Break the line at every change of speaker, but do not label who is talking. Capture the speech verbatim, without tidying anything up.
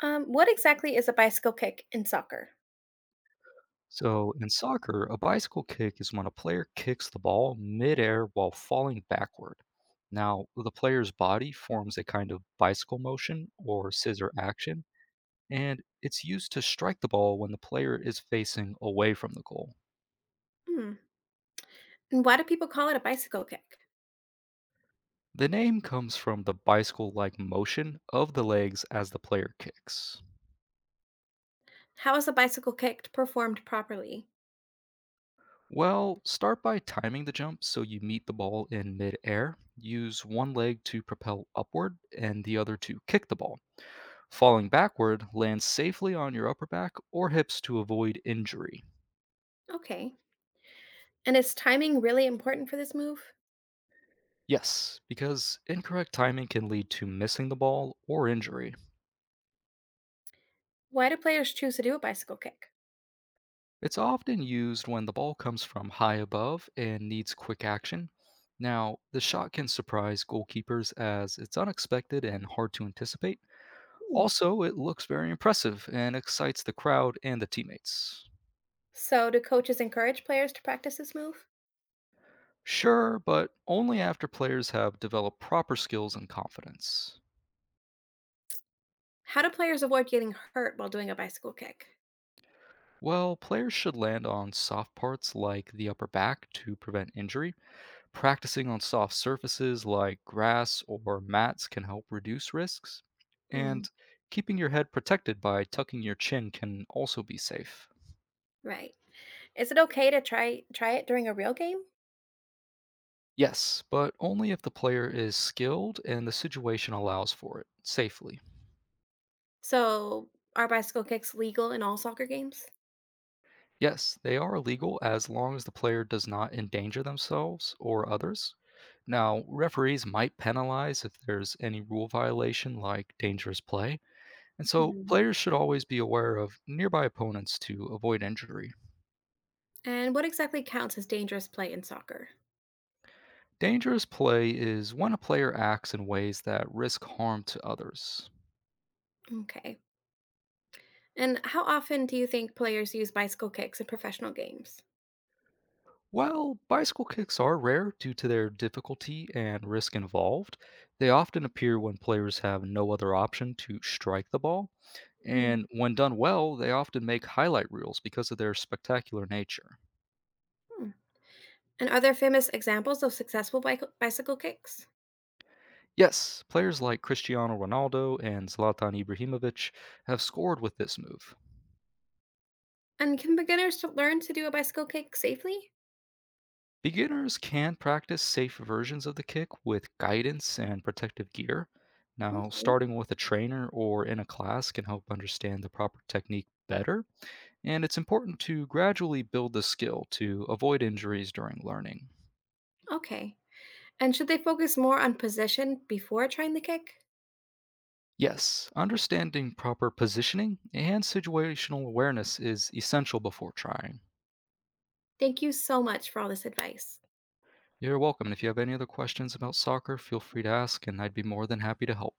Um, what exactly is a bicycle kick in soccer?
So in soccer, a bicycle kick is when a player kicks the ball midair while falling backward. Now, the player's body forms a kind of bicycle motion or scissor action, and it's used to strike the ball when the player is facing away from the goal.
Hmm. And why do people call it a bicycle kick?
The name comes from the bicycle like motion of the legs as the player kicks.
How is a bicycle kick performed properly?
Well, start by timing the jump so you meet the ball in midair. Use one leg to propel upward and the other to kick the ball. Falling backward, lands safely on your upper back or hips to avoid injury.
Okay. And is timing really important for this move?
Yes, because incorrect timing can lead to missing the ball or injury.
Why do players choose to do a bicycle kick?
It's often used when the ball comes from high above and needs quick action. Now, the shot can surprise goalkeepers as it's unexpected and hard to anticipate.
Hmm.
Also, it looks very impressive and excites the crowd and the teammates.
So, do coaches encourage players to practice this move?
Sure, but only after players have developed proper skills and confidence.
How do players avoid getting hurt while doing a bicycle kick?
Well, players should land on soft parts like the upper back to prevent injury. Practicing on soft surfaces like grass or mats can help reduce risks.
Mm,
And keeping your head protected by tucking your chin can also be safe.
right. Is it okay to try try it during a real game?
Yes, but only if the player is skilled and the situation allows for it safely.
So, are bicycle kicks legal in all soccer games?
Yes, they are illegal as long as the player does not endanger themselves or others. Now, referees might penalize if there's any rule violation like dangerous play, and so
Hmm.
players should always be aware of nearby opponents to avoid injury.
And what exactly counts as dangerous play in soccer?
Dangerous play is when a player acts in ways that risk harm to others.
Okay. And how often do you think players use bicycle kicks in professional games?
While bicycle kicks are rare due to their difficulty and risk involved, they often appear when players have no other option to strike the ball,
Mm.
and when done well, they often make highlight reels because of their spectacular nature.
Hmm. And are there famous examples of successful bic- bicycle kicks?
Yes, players like Cristiano Ronaldo and Zlatan Ibrahimovic have scored with this move.
And can beginners to learn to do a bicycle kick safely?
Beginners can practice safe versions of the kick with guidance and protective gear. Now,
Okay.
starting with a trainer or in a class can help understand the proper technique better. And it's important to gradually build the skill to avoid injuries during learning.
Okay. And should they focus more on position before trying the kick?
Yes, understanding proper positioning and situational awareness is essential before trying.
Thank you so much for all this advice.
You're welcome. And if you have any other questions about soccer, feel free to ask, and I'd be more than happy to help.